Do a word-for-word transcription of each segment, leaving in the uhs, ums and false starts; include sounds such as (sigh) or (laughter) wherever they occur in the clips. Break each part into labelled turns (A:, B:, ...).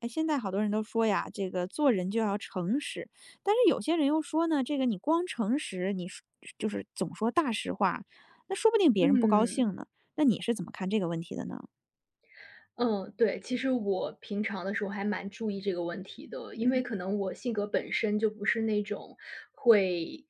A: 哎，现在好多人都说呀，这个做人就要诚实，但是有些人又说呢，这个你光诚实，你说就是总说大实话，那说不定别人不高
B: 嗯，
A: 兴呢。那你是怎么看这个问题的呢？
B: 嗯，对，其实我平常的时候还蛮注意这个问题的，因为
A: 嗯，
B: 可能我性格本身就不是那种会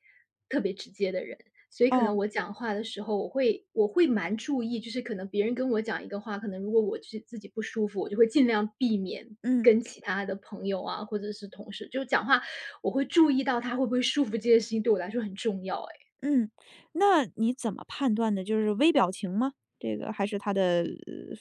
B: 特别直接的人。所以可能
A: 哦，
B: 我讲话的时候，我会我会蛮注意，就是可能别人跟我讲一个话，可能如果我自自己不舒服，我就会尽量避免
A: 嗯
B: 跟其他的朋友啊，或者是同事，就讲话。我会注意到他会不会舒服，这件事情对我来说很重要。哎，
A: 嗯，那你怎么判断的？就是微表情吗？这个还是他的呃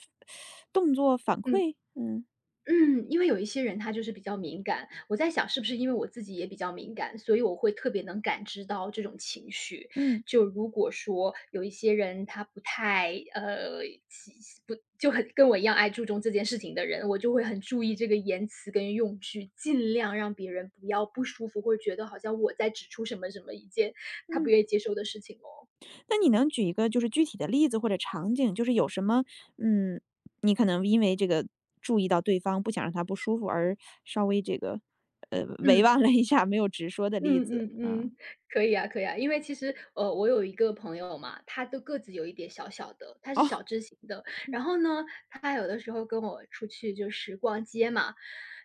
A: 动作反
B: 嗯。
A: 馈？嗯
B: 嗯，因为有一些人他就是比较敏感，我在想是不是因为我自己也比较敏感，所以我会特别能感知到这种情绪。
A: 嗯
B: 就如果说有一些人他不太呃喜不就很跟我一样爱注重这件事情的人，我就会很注意这个言辞跟用句，尽量让别人不要不舒服，或者觉得好像我在指出什么什么一件他不
A: 嗯。
B: 愿意接受的事情哦。
A: 那你能举一个就是具体的例子或者场景，就是有什么，嗯，你可能因为这个注意到对方不想让他不舒服而稍微这个，呃，委
B: 嗯。
A: 婉了一下，没有直说的例
B: 嗯
A: 子，
B: 嗯
A: 嗯。
B: 嗯，可以啊可以啊。因为其实，呃，我有一个朋友嘛，她的个子有一点小小的，她是
A: 哦，
B: 小只型的。然后呢，她有的时候跟我出去就是逛街嘛，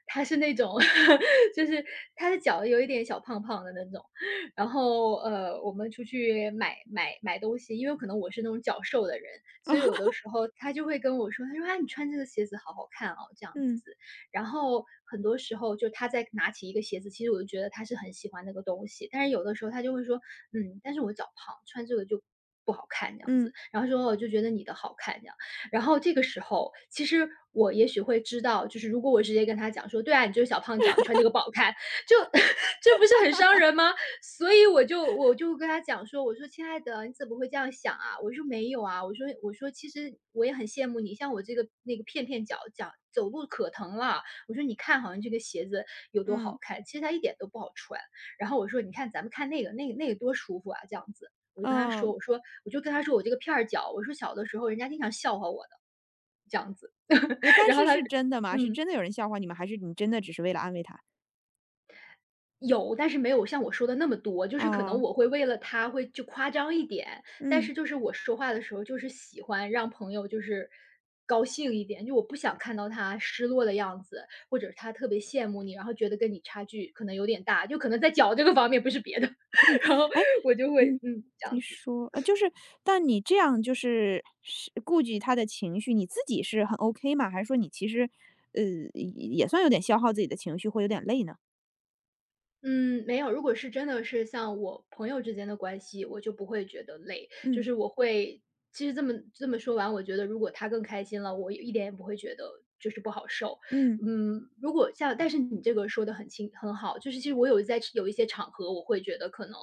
B: 她是那种 (laughs) 就是她的脚有一点小胖胖的那种。然后呃，我们出去买买买东西，因为可能我是那种脚瘦的人，所以有的时候她就会跟我说，她说啊，你穿这个鞋子好好看哦，这样
A: 嗯，
B: 子。然后很多时候就他在拿起一个鞋子，其实我就觉得他是很喜欢那个东西，但是有的时候他就会说，嗯，但是我脚胖，穿这个就不好看这样子。
A: 嗯，
B: 然后说我就觉得你的好看这样，然后这个时候其实我也许会知道，就是如果我直接跟他讲说，对啊，你就是小胖脚，你穿这个不好看，就 (laughs) 这不是很伤人吗？所以我就我就跟他讲说，我说亲爱的，你怎么会这样想啊？我说没有啊，我说我说其实我也很羡慕你，像我这个那个片片脚脚走路可疼了，我说：“你看，好像这个鞋子有多
A: 嗯，
B: 好看，其实它一点都不好穿。”然后我说：“你看，咱们看那个，那个那个多舒服啊，这样子。”我就跟他
A: 嗯，
B: 说：“我说，我就跟他说我这个片儿脚，我说小的时候人家经常笑话我的，这样子。
A: 哎，
B: (laughs)”
A: 但
B: 然后
A: 是
B: 他
A: 是真的吗？是
B: 嗯。
A: 真的有人笑话你们，还是你真的只是为了安慰他？
B: 有，但是没有像我说的那么多，就是可
A: 啊？
B: 能我会为了他会就夸张一点，但
A: 嗯。
B: 是就是我说话的时候，就是喜欢让朋友就是高兴一点，就我不想看到他失落的样子，或者是他特别羡慕你，然后觉得跟你差距可能有点大，就可能在脚这个方面，不是别的，
A: 嗯，
B: (laughs) 然后
A: 哎，
B: 我就会
A: 嗯，
B: 嗯，这
A: 你
B: 样子。
A: 说呃，就是但你这样就是是顾及他的情绪，你自己是很 OK 吗？还是说你其实，呃，也也算有点消耗自己的情绪，会有点累呢？
B: 嗯，没有。如果是真的是像我朋友之间的关系，我就不会觉得累。就
A: 嗯，
B: 是我会其实这么这么说完，我觉得如果他更开心了，我一点也不会觉得就是不好受。
A: 嗯，
B: 嗯，如果像但是你这个说的很清很好，就是其实我有在有一些场合，我会觉得可能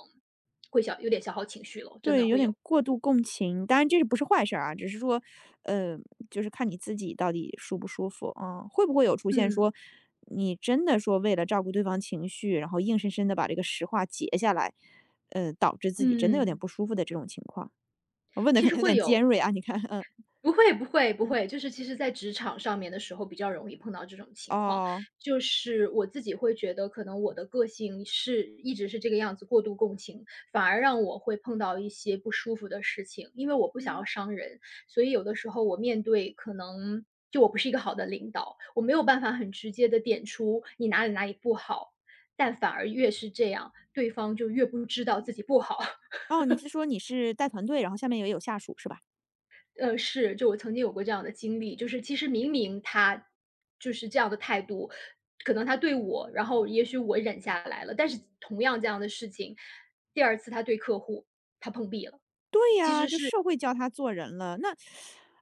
B: 会消有点消耗情绪了，真的
A: 对，有
B: 会
A: 点
B: 有。
A: 过度共情，当然这是不是坏事儿啊，只是说，呃，就是看你自己到底舒不舒服啊。会不会有出现
B: 嗯，
A: 说，你真的说为了照顾对方情绪，然后硬生生的把这个实话截下来，呃，导致自己真的有点
B: 嗯，
A: 不舒服的这种情况？我问的
B: 其
A: 可
B: 实
A: 能有
B: 会
A: 点尖
B: 有。
A: 锐啊，你看，嗯
B: 不会不会不
A: 嗯，
B: 会，就是其实在职场上面的时候比较容易碰到这种情况。
A: 哦，
B: 就是我自己会觉得可能我的个性是一直是这个样子，过度共情，反而让我会碰到一些不舒服的事情。因为我不想要
A: 嗯，
B: 伤人，所以有的时候我面对可能就我不是一个好的领导，我没有办法很直接的点出你哪里哪里不好，但反而越是这样，对方就越不知道自己不好。
A: 哦，你是说你是带团队，然后下面也有下属是吧？
B: 呃，是，就我曾经有过这样的经历，就是其实明明他就是这样的态度，可能他对我，然后也许我忍下来了，但是同样这样的事情，第二次他对客户，他碰壁了，
A: 对呀，就社会教他做人了，那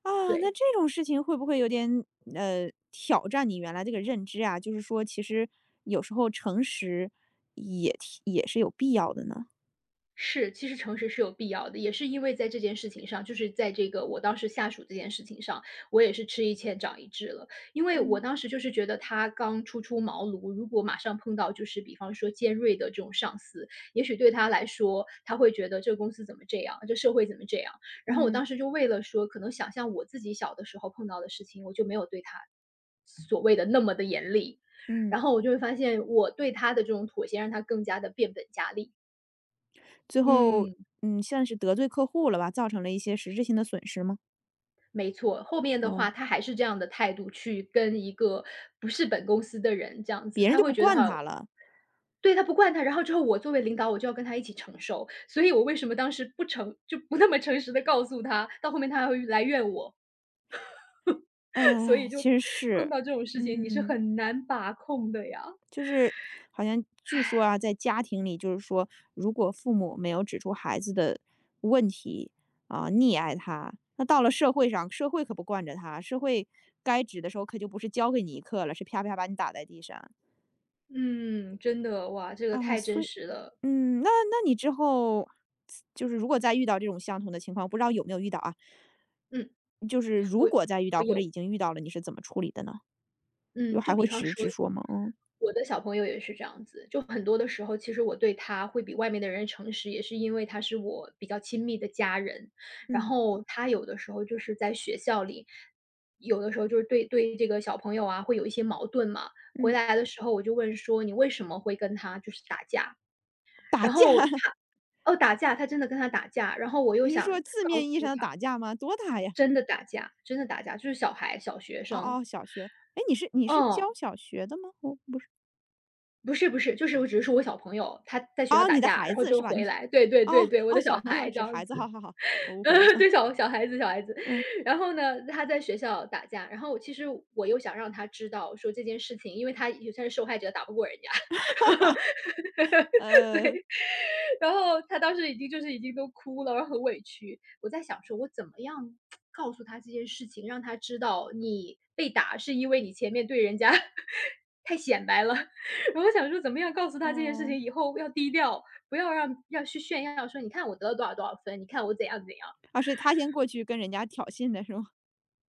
A: 啊，那
B: 对。
A: 这种事情会不会有点呃挑战你原来这个认知啊？就是说，其实有时候诚实也挺也是有必要的呢。
B: 是，其实诚实是有必要的，也是因为在这件事情上，就是在这个我当时下属这件事情上，我也是吃一堑长一智了。因为我
A: 嗯
B: 当时就是觉得他刚初出茅庐，如果马上碰到就是比方说尖锐的这种上司，也许对他来说，他会觉得这个公司怎么这样，这社会怎么这样。然后我
A: 嗯
B: 当时就为了说，可能想象我自己小的时候碰到的事情，我就没有对他所谓的那么的严厉，
A: 嗯，
B: 然后我就会发现我对他的这种妥协，让他更加的变本加厉。
A: 最后
B: 嗯。
A: 嗯算是得罪客户了吧，造成了一些实质性的损失吗？
B: 没错，后面的
A: 哦，
B: 话他还是这样的态度去跟一个不是本公司的人这样子，
A: 别人
B: 他
A: 就
B: 会
A: 不
B: 觉得
A: 惯
B: 哈
A: 他了，
B: 对，他不惯他，然后之后我作为领导，我就要跟他一起承受。所以我为什么当时不诚就不那么诚实的告诉他，到后面他还会来怨我。(laughs) 所
A: 哎，
B: 以就
A: 其实
B: 碰
A: 是，
B: 到这种事情，你是
A: 嗯。
B: 很难把控的呀。
A: 就是好像据说啊，在家庭里，就是说，如果父母没有指出孩子的问题啊，溺爱他，那到了社会上，社会可不惯着他，社会该指的时候可就不是教给你一课了，是啪啪把你打在地上
B: 嗯，真的，哇，这个
A: 啊。
B: 太
A: 所
B: 真
A: 以，
B: 实了。
A: 嗯，那那你之后就是如果再遇到这种相同的情况，不知道有没有遇到啊？
B: 嗯，
A: 就是如
B: 我
A: 果再遇
B: 我
A: 到或者
B: 有。
A: 已经遇到了，你是怎么处理的呢？就
B: 嗯，就
A: 还会
B: 比方
A: 直
B: 说，
A: 直说吗？嗯
B: 我的小朋友也是这样子，就很多的时候，其实我对他会比外面的人诚实，也是因为他是我比较亲密的家人。然
A: 嗯
B: 后他有的时候就是在学校里，有的时候就是对对这个小朋友啊，会有一些矛盾嘛。回
A: 嗯。
B: 来的时候我就问说：“你为什么会跟他就是打架？”
A: 打
B: 然
A: 架
B: 后
A: (laughs)
B: 他哦，打架，他真的跟他打架，然后我又
A: 你是
B: 想
A: 说字
B: 告诉
A: 面意义上的
B: 他
A: 打架吗？多大呀？
B: 真的打架真的打架，就是小孩、小学
A: 哦
B: 生。
A: 哦，小学。哎，你是你是教
B: 嗯。
A: 小学的吗？我不是。
B: 不是不是，就是我只是说我小朋友，他在学校
A: 哦，你
B: 打
A: 的
B: 架，
A: 孩
B: 然后
A: 子是
B: 就
A: 吧？
B: 回
A: 你
B: 来对对对
A: 哦
B: 对，我
A: 哦，
B: 的小
A: 小朋友
B: 孩这
A: 指孩
B: 样
A: 子，好
B: 子。
A: 好好，我误
B: (laughs) 呃，
A: 会了。嗯
B: 对，小小孩子小孩子。
A: 嗯，
B: 然后呢，他在学校打架，然后其实我又想让他知道说这件事情，因为他也算是受害者，打不过人家。(laughs)
A: 呃，
B: 对，然后他当时已经就是已经都哭了，然后很委屈。我在想说，我怎么样告诉他这件事情，让他知道你被打是因为你前面对人家 (laughs) 太显摆了。(laughs) 然后我想说，怎么样告诉他这件事
A: 哦，
B: 情，以后要低调，不要让要去炫耀说，你看我得了多少多少分，你看我怎样怎样。
A: 啊，是他先过去跟人家挑衅的是吗？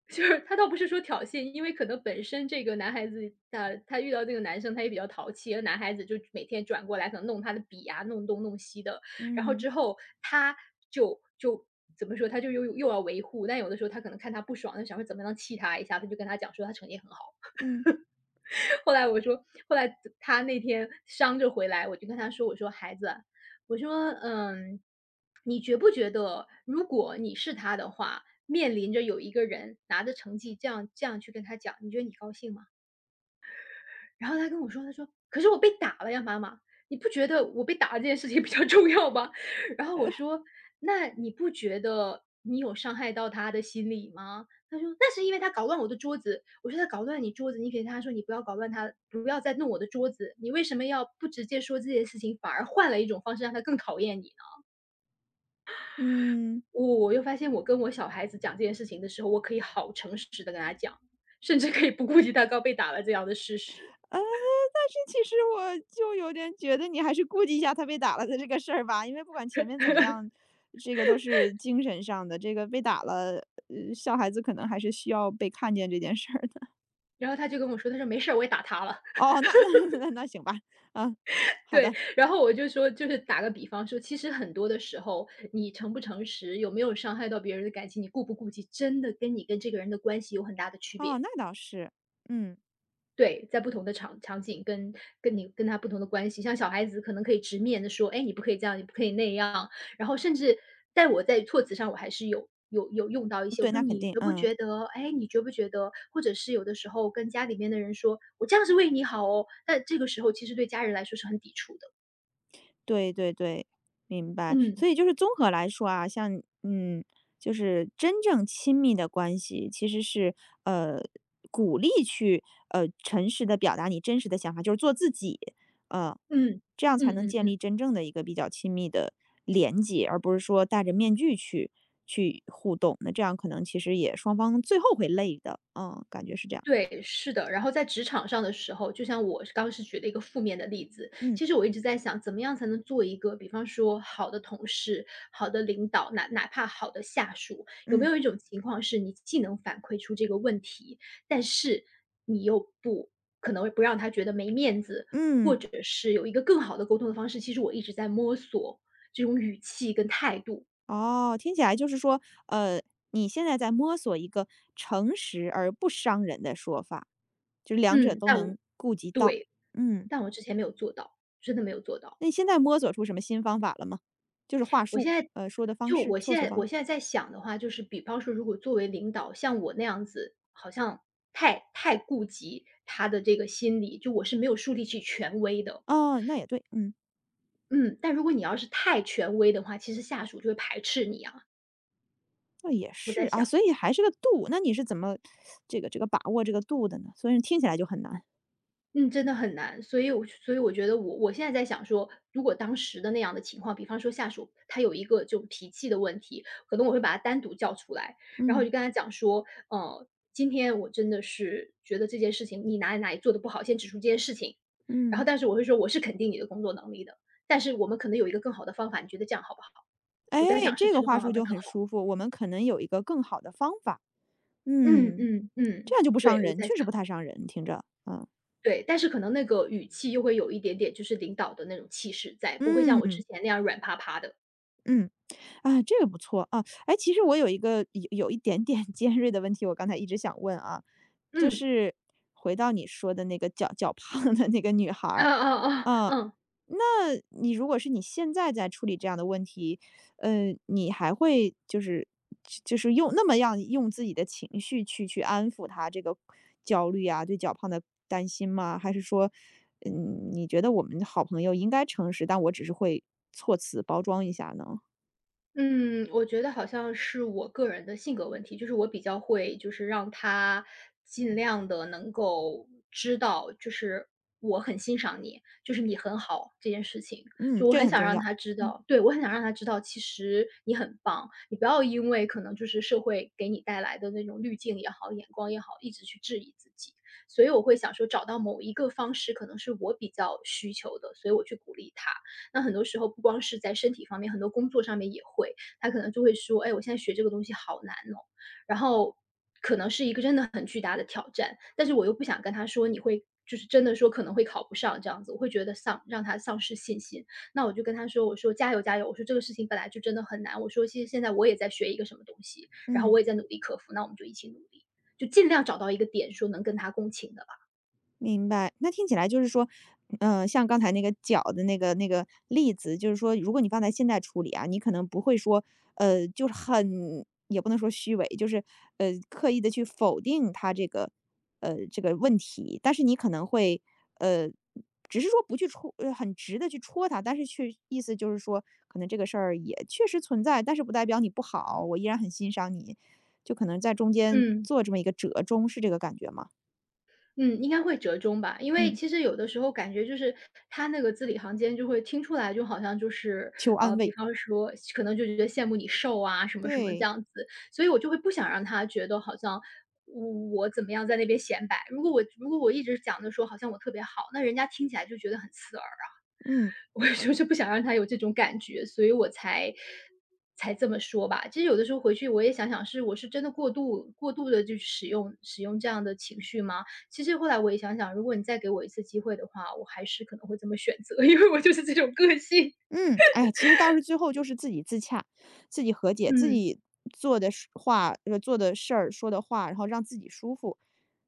B: 就是他倒不是说挑衅，因为可能本身这个男孩子，呃，他遇到这个男生，他也比较淘气，而男孩子就每天转过来，可能弄他的笔啊，弄东弄西的。然后
A: 嗯
B: 之后他就就怎么说，他就又又要维护，但有的时候他可能看他不爽，他想说怎么样气他一下，他就跟他讲说他成绩很好。
A: 嗯
B: 后来我说，后来他那天伤着回来，我就跟他说：“我说孩子，我说，嗯，你觉不觉得，如果你是他的话，面临着有一个人拿着成绩这样这样去跟他讲，你觉得你高兴吗？”然后他跟我说，他说：“可是我被打了呀，妈妈，你不觉得我被打这件事情比较 (laughs) 重要吗？”然后我说：“那你不觉得你有伤害到他的心理吗？”他说：“那是因为他搞乱我的桌子。”我说：“他搞乱你桌子，你给他说你不要搞乱他，不要再弄我的桌子。你为什么要不直接说这件事情，反而换了一种方式让他更讨厌你呢？”
A: 嗯，
B: 我又发现，我跟我小孩子讲这件事情的时候，我可以好诚实的跟他讲，甚至可以不顾及他刚被打了这样的事实。
A: 呃，但是其实我就有点觉得你还是顾及一下他被打了的这个事儿吧，因为不管前面怎么样，这个都是精神上的，这个被打了，呃，小孩子可能还是需要被看见这件事儿的。
B: 然后他就跟我说：“他说没事儿，我也打他了。”
A: 哦，那那 (laughs) 那那行吧，嗯，好
B: 对，
A: 的，
B: 然后我就说就是打个比方说，其实很多的时候，你诚不诚实，有没有伤害到别人的感情，你顾不顾及，真的跟你跟这个人的关系有很大的区
A: 哦，
B: 别。
A: 那倒是，嗯，
B: 对，在不同的场场景跟跟你跟他不同的关系，像小孩子可能可以直面的说，哎，你不可以这样，你不可以那样，然后甚至在我在措辞上，我还是有有有用到一些，我
A: 对，
B: 说
A: 那肯
B: 你
A: 定，
B: 觉不
A: 嗯，
B: 觉得，哎，你觉不觉得，或者是有的时候跟家里面的人说，我这样是为你好哦，那这个时候其实对家人来说是很抵触的。
A: 对对对，明白。
B: 嗯。
A: 所以就是综合来说啊，像嗯，就是真正亲密的关系，其实是呃鼓励去呃诚实的表达你真实的想法，就是做自己，呃，
B: 嗯，
A: 这样才
B: 嗯
A: 能
B: 嗯
A: 建
B: 嗯，
A: 立真正的一个比较亲密的连接，而不是说戴着面具去去互动，那这样可能其实也双方最后会累的，嗯，感觉是这样。
B: 对，是的。然后在职场上的时候，就像我刚刚是举了一个负面的例子，
A: 嗯
B: 其实我一直在想，怎么样才能做一个，比方说好的同事、好的领导，哪哪怕好的下属，有没
A: 嗯
B: 有一种情况是你既能反馈出这个问题，但是你又不可能不让他觉得没面子，或
A: 嗯，
B: 者是有一个更好的沟通的方式。其实我一直在摸索这种语气跟态度。
A: 哦，听起来就是说，呃，你现在在摸索一个诚实而不伤人的说法，就是两者
B: 嗯，
A: 都
B: 但我
A: 能顾及到。
B: 对，
A: 嗯，
B: 但我之前没有做到，真的没有做到。
A: 那你现在摸索出什么新方法了吗？就是话
B: 我
A: 术，
B: 现在
A: 呃，说的方
B: 就
A: 式，
B: 我
A: 措
B: 现
A: 辞
B: 在
A: 方式。
B: 我现在在想的话，就是比方说，如果作为领导，像我那样子，好像太太顾及他的这个心理，就我是没有树立起权威的。
A: 哦，那也对，嗯，
B: 嗯，但如果你要是太权威的话，其实下属就会排斥你啊，
A: 那也
B: 我
A: 是
B: 在
A: 啊，
B: 想。
A: 所以还是个度。那你是怎么这个这个把握这个度的呢？所以听起来就很难。
B: 嗯，真的很难，所以我所以我觉得我我现在在想说，如果当时的那样的情况，比方说下属他有一个就脾气的问题，可能我会把他单独叫出来，然后我
A: 嗯
B: 就跟他讲说，呃，今天我真的是觉得这件事情你哪里哪里做的不好，先指出这件事情，然后
A: 嗯，
B: 但是我会说我是肯定你的工作能力的，但是我们可能有一个更好的方法，你觉得这样好不好？
A: 哎，
B: 我在想是
A: 这
B: 这
A: 个
B: 个
A: 话
B: 方
A: 术
B: 法会
A: 就
B: 更
A: 很
B: 好。
A: 舒服，我们可能有一个更好的方法。
B: 嗯
A: 嗯。
B: 嗯
A: 这
B: 嗯，
A: 样就不伤
B: 对，我
A: 人，
B: 在
A: 确实
B: 想。
A: 不太伤人，听着，嗯。
B: 对，但是可能那个语气又会有一点点就是领导的那种气势在，不会像我
A: 嗯，
B: 之前那样软趴趴的。
A: 嗯。啊，这个不错啊。哎，其实我有一个有有一点点 (laughs) 尖锐的问题，我刚才一直想问啊，就
B: 嗯，
A: 是回到你说的那个脚脚胖的那个女孩
B: 啊
A: 儿，
B: 啊啊，
A: 啊，
B: 嗯。
A: 那你如果是你现在在处理这样的问题，呃，你还会就是就是用那么样用自己的情绪去去安抚她这个焦虑啊，对脚胖的担心吗？还是说，嗯，你觉得我们好朋友应该诚实，但我只是会措辞包装一下呢？
B: 嗯，我觉得好像是我个人的性格问题，就是我比较会，就是让他尽量的能够知道，就是我很欣赏你，就是你很好这件事情。
A: 嗯，
B: 就我
A: 这个
B: 很
A: 很
B: 想
A: 重
B: 让
A: 要。
B: 他知
A: 嗯。
B: 道，对，我很想让他知道，其实你很棒，你不要因为可能就是社会给你带来的那种滤镜也好、眼光也好，一直去质疑自己。所以我会想说找到某一个方式，可能是我比较需求的，所以我去鼓励他。那很多时候不光是在身体方面，很多工作上面也会，他可能就会说：“哎，我现在学这个东西好难哦。”然后可能是一个真的很巨大的挑战，但是我又不想跟他说你会就是真的说可能会考不上这样子，我会觉得丧让他丧失信心。那我就跟他说：“我说加油加油，我说这个事情本来就真的很难，我说其实现在我也在学一个什么东西，然后
A: 嗯，
B: 我也在努力克服，那我们就一起努力。”就尽量找到一个点，说能跟他共情的吧。
A: 明白，那听起来就是说，嗯，像刚才那个脚的那个那个例子，就是说，如果你放在现在处理啊，你可能不会说，呃，就是很也不能说虚伪，就是呃，刻意的去否定他这个，呃，这个问题，但是你可能会，呃，只是说不去戳，呃很直的去戳他，但是去意思就是说，可能这个事儿也确实存在，但是不代表你不好，我依然很欣赏你，就可能在中间
B: 嗯。
A: 做这么一个折中，是这个感觉吗？
B: 嗯，应该会折中吧。因为
A: 嗯，
B: 其实有的时候感觉就是他那个字里行间就会听出来，就好像就是，
A: 求安
B: 呃，比
A: 慰。
B: 方说可能就觉得羡慕你瘦啊什么什么这
A: 对，
B: 样子，所以我就会不想让他觉得好像我我怎么样在那边显摆。如果我如果我一直讲的说好像我特别好，那人家听起来就觉得很刺耳。
A: 嗯，
B: 我就是不想让他有这种感觉，所以我才才这么说吧。其实有的时候回去我也想想是，我是真的过度过度的就使用使用这样的情绪吗？其实后来我也想想，如果你再给我一次机会的话，我还是可能会这么选择，(laughs) 因为我就是这种个性。
A: 嗯，哎，其实倒是最后就是自己自洽，自己和解，自
B: 嗯，
A: 己做的事话呃，做的事儿，说的话，然后让自己舒服。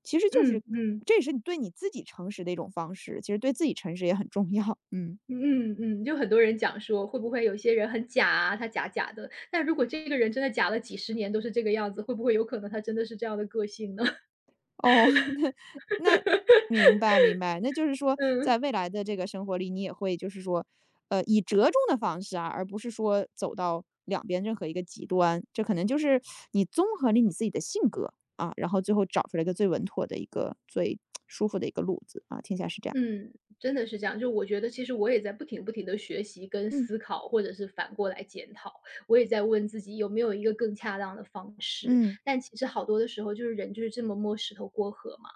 A: 其实就是
B: 嗯嗯，
A: 这也是你对你自己诚实的一种方式，其实对自己诚实也很重要，嗯。
B: 嗯嗯，就很多人讲说会不会有些人很假啊，他假假的，但如果这个人真的假了几十年都是这个样子，会不会有可能他真的是这样的个性呢？(laughs)
A: 哦，(laughs) 那那明白明白，那就是说
B: 嗯。
A: 在未来的这个生活里，你也会就是说，呃，以折中的方式啊，而不是说走到两边任何一个极端，这可能就是你综合了你自己的性格啊，然后最后找出来一个最稳妥的一个最舒服的一个路子啊，听起来是这样。
B: 嗯，真的是这样。就我觉得其实我也在不停不停的学习跟
A: 嗯
B: 思考，或者是反过来检讨。我也在问自己有没有一个更恰当的方式，
A: 嗯
B: 但其实好多的时候就是人就是这么摸石头过河嘛，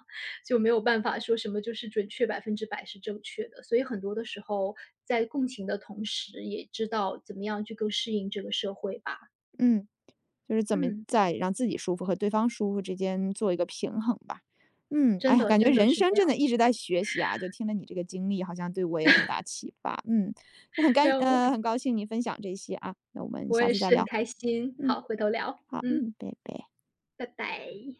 B: 就没有办法说什么就是准确百分之百是正确的。所以很多的时候在共情的同时，也知道怎么样去更适应这个社会吧。
A: 嗯。就是怎么
B: 嗯，
A: 在让自己舒服和对方舒服之间做一个平衡吧。嗯，哎
B: 真
A: 呀，
B: 的
A: 感觉
B: 真的
A: 人
B: 是
A: 生
B: 这
A: 真
B: 样。
A: 的一直在学习啊，就听了你这个经历，好像对我也有很大启发。嗯，就很
B: (laughs) 没
A: 干，
B: 有，我
A: 呃，
B: 很
A: 很高兴你分享这些啊，那我们
B: 我
A: 下
B: 也
A: 次再
B: 是很
A: 聊。
B: 开心。
A: 嗯，
B: 好，回头聊。
A: 好，
B: 嗯，
A: 嗯，拜拜。
B: 拜拜。